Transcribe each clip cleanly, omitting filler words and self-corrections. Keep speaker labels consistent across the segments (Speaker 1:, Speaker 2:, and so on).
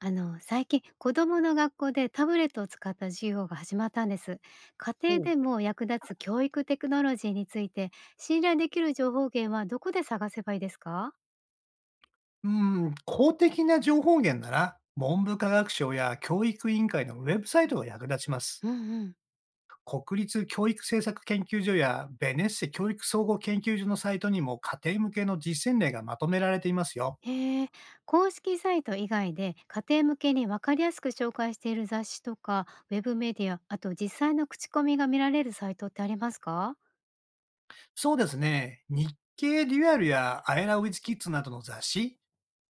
Speaker 1: 最近、子供の学校でタブレットを使った授業が始まったんです。家庭
Speaker 2: おう。
Speaker 1: でも役立つ教育テクノロジーについて、信頼できる情報源はどこで探せばいいですか？
Speaker 2: うーん、公的な情報源なら、文部科学省や教育委員会のウェブサイトが役立ちます。
Speaker 1: うんうん。
Speaker 2: 国立教育政策研究所やベネッセ教育総合研究所のサイトにも家庭向けの実践例がまとめられていますよ。
Speaker 1: へえ、公式サイト以外で家庭向けに分かりやすく紹介している雑誌とか、ウェブメディア、あと実際の口コミが見られるサイトってありますか？
Speaker 2: そうですね。日経デュアルやアイラウィズキッズなどの雑誌、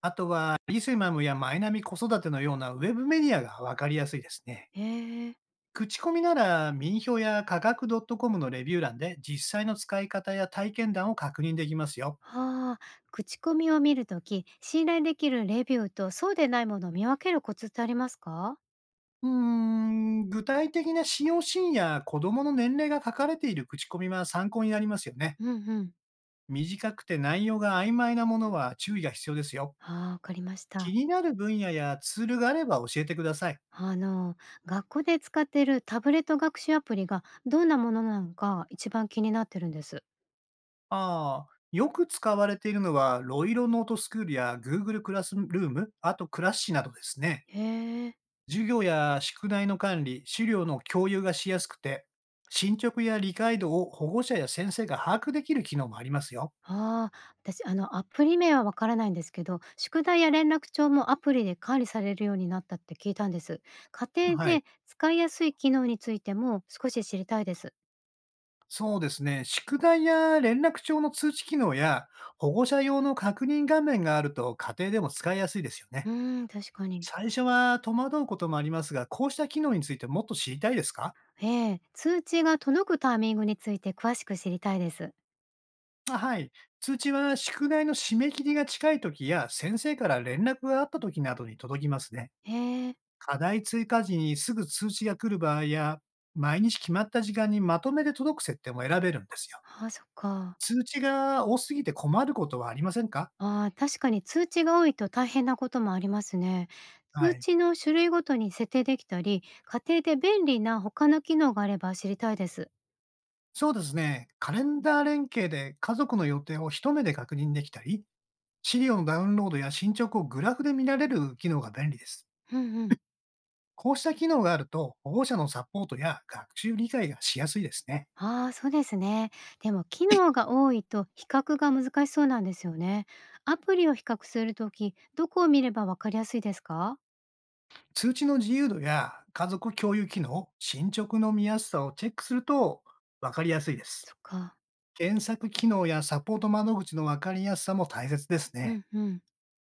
Speaker 2: あとはリセマムやマイナビ子育てのようなウェブメディアがわかりやすいですね。
Speaker 1: へえ。
Speaker 2: 口コミなら民票や科学 .com のレビュー欄で実際の使い方や体験談を確認できますよ。
Speaker 1: はあ、口コミを見るとき、信頼できるレビューとそうでないものを見分けるコツってありますか？
Speaker 2: うーん、具体的な使用シーンや子供の年齢が書かれている口コミは参考になりますよね。
Speaker 1: うんうん。
Speaker 2: 短くて内容が曖昧なものは注意が必要ですよ。
Speaker 1: ああ、わかりまし
Speaker 2: 気
Speaker 1: た。
Speaker 2: になる分野やツールがあれば教えてください。
Speaker 1: あの、学校で使っているタブレット学習アプリがどんなものなのか一番気になってるんです。
Speaker 2: ああ、よく使われているのはロイロノートスクールや Google クラスルーム、あとクラッシーなどですね。
Speaker 1: へえ。
Speaker 2: 授業や宿題の管理、資料の共有がしやすくて、進捗や理解度を保護者や先生が把握できる機能もありますよ。
Speaker 1: ああ、私、アプリ名はわからないんですけど、宿題や連絡帳もアプリで管理されるようになったって聞いたんです。家庭
Speaker 2: はい。
Speaker 1: で使いやすい機能についても少し知りたいです。
Speaker 2: そうですね。宿題や連絡帳の通知機能や保護者用の確認画面があると家庭でも使いやすいですよね。
Speaker 1: うーん、確かに。
Speaker 2: 最初は戸惑うこともありますが、こうした機能についてもっと知りたいですか？
Speaker 1: ええ、通知が届くタイミングについて詳しく知りたいです。
Speaker 2: あ、はい。通知は宿題の締め切りが近い時や先生から連絡があった時などに届きますね。
Speaker 1: へえ。
Speaker 2: 課題追加時にすぐ通知が来る場合や、毎日決まった時間にまとめて届く設定も選べるんですよ。
Speaker 1: ああ、そっか。
Speaker 2: 通知が多すぎて困ることはありませんか？
Speaker 1: ああ、確かに通知が多いと大変なこともありますね。
Speaker 2: は
Speaker 1: 通
Speaker 2: い。
Speaker 1: 知の種類ごとに設定できたり、家庭で便利な他の機能があれば知りたいです。
Speaker 2: そうですね。カレンダー連携で家族の予定を一目で確認できたり、資料のダウンロードや進捗をグラフで見られる機能が便利です。
Speaker 1: うんうん。
Speaker 2: こうした機能があると、保護者のサポートや学習理解がしやすいですね。
Speaker 1: ああ、そうですね。でも機能が多いと比較が難しそうなんですよね。アプリを比較するとき、どこを見ればわかりやすいですか？
Speaker 2: 通知の自由度や家族共有機能、進捗の見やすさをチェックすると分かりやすいです。
Speaker 1: そっか。
Speaker 2: 検索機能やサポート窓口の分かりやすさも大切です
Speaker 1: う
Speaker 2: ね。
Speaker 1: んうん。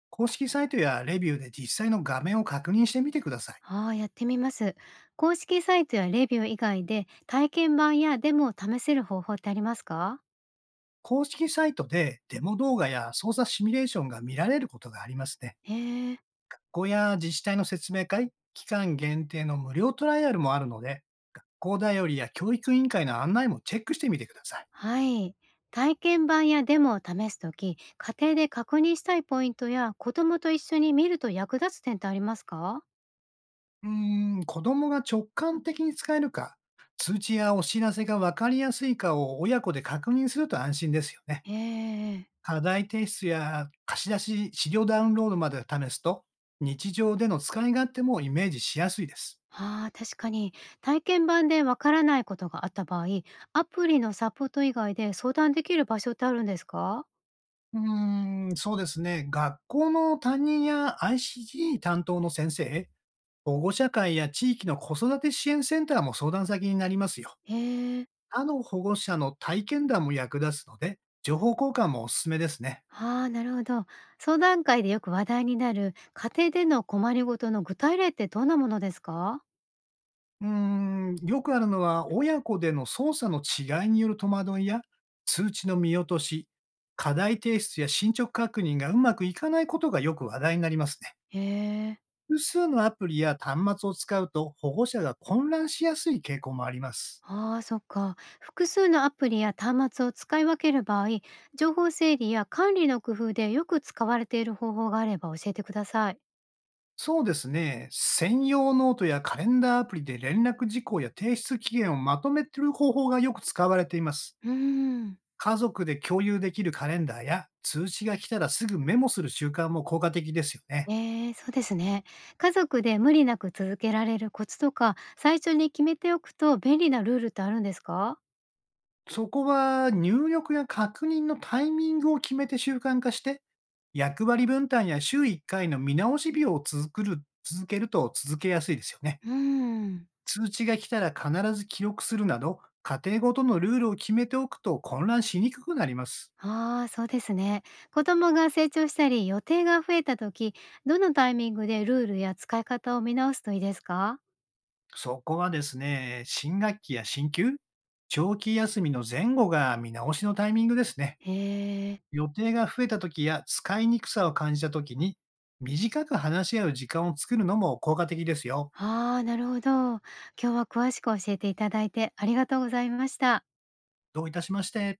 Speaker 2: 公式サイトやレビューで実際の画面を確認してみてください。
Speaker 1: ああ、やってみます。公式サイトやレビュー以外で体験版やデモを試せる方法ってありますか？
Speaker 2: 公式サイトでデモ動画や操作シミュレーションが見られることがありますね。
Speaker 1: へえ。
Speaker 2: 学校や自治体の説明会、期間限定の無料トライアルもあるので、学校だよりや教育委員会の案内もチェックしてみてください。
Speaker 1: はい。体験版やデモを試すとき、家庭で確認したいポイントや子供と一緒に見ると役立つ点ってありますか？
Speaker 2: うーん、子供が直感的に使えるか、通知やお知らせが分かりやすいかを親子で確認すると安心ですよね。
Speaker 1: ええ。
Speaker 2: 課題提出や貸し出し、資料ダウンロードまで試すと、日常での使い勝手もイメージしやすいです。
Speaker 1: ああー、確かに。体験版でわからないことがあった場合、アプリのサポート以外で相談できる場所ってあるんですか？
Speaker 2: うーん、そうですね。学校の担任や i c g 担当の先生、保護者会や地域の子育て支援センターも相談先になりますよ。
Speaker 1: へえ。
Speaker 2: 他の保護者の体験談も役立つので、情報交換もおすすめですね。
Speaker 1: ああ、なるほど。相談会でよく話題になる家庭での困りごとの具体例ってどんなものですか？
Speaker 2: うーん、よくあるのは、親子での操作の違いによる戸惑いや、通知の見落とし、課題提出や進捗確認がうまくいかないことがよく話題になりますね。
Speaker 1: へえ。
Speaker 2: 複数のアプリや端末を使うと保護者が混乱しやすい傾向もあります。
Speaker 1: ああ、そっか。複数のアプリや端末を使い分ける場合、情報整理や管理の工夫でよく使われている方法があれば教えてください。
Speaker 2: そうですね。専用ノートやカレンダーアプリで連絡事項や提出期限をまとめている方法がよく使われています。
Speaker 1: うーん。
Speaker 2: 家族で共有できるカレンダーや通知が来たらすぐメモする習慣も効果的ですよね。
Speaker 1: そうですね。家族で無理なく続けられるコツとか、最初に決めておくと便利なルールってあるんですか？
Speaker 2: そこは入力や確認のタイミングを決めて習慣化して、役割分担や週1回の見直し日を続けると続けやすいですよね。
Speaker 1: うーん。
Speaker 2: 通知が来たら必ず記録するなど、家庭ごとのルールを決めておくと混乱しにくくなります。
Speaker 1: ああー、そうですね。子供が成長したり、予定が増えた時、どのタイミングでルールや使い方を見直すといいですか？
Speaker 2: そこはですね、新学期や進級、長期休みの前後が見直しのタイミングですね。
Speaker 1: へえ。
Speaker 2: 予定が増えた時や使いにくさを感じた時に、短く話し合う時間を作るのも効果的ですよ。
Speaker 1: ああ、なるほど。今日は詳しく教えていただいてありがとうございました。
Speaker 2: どういたしまして。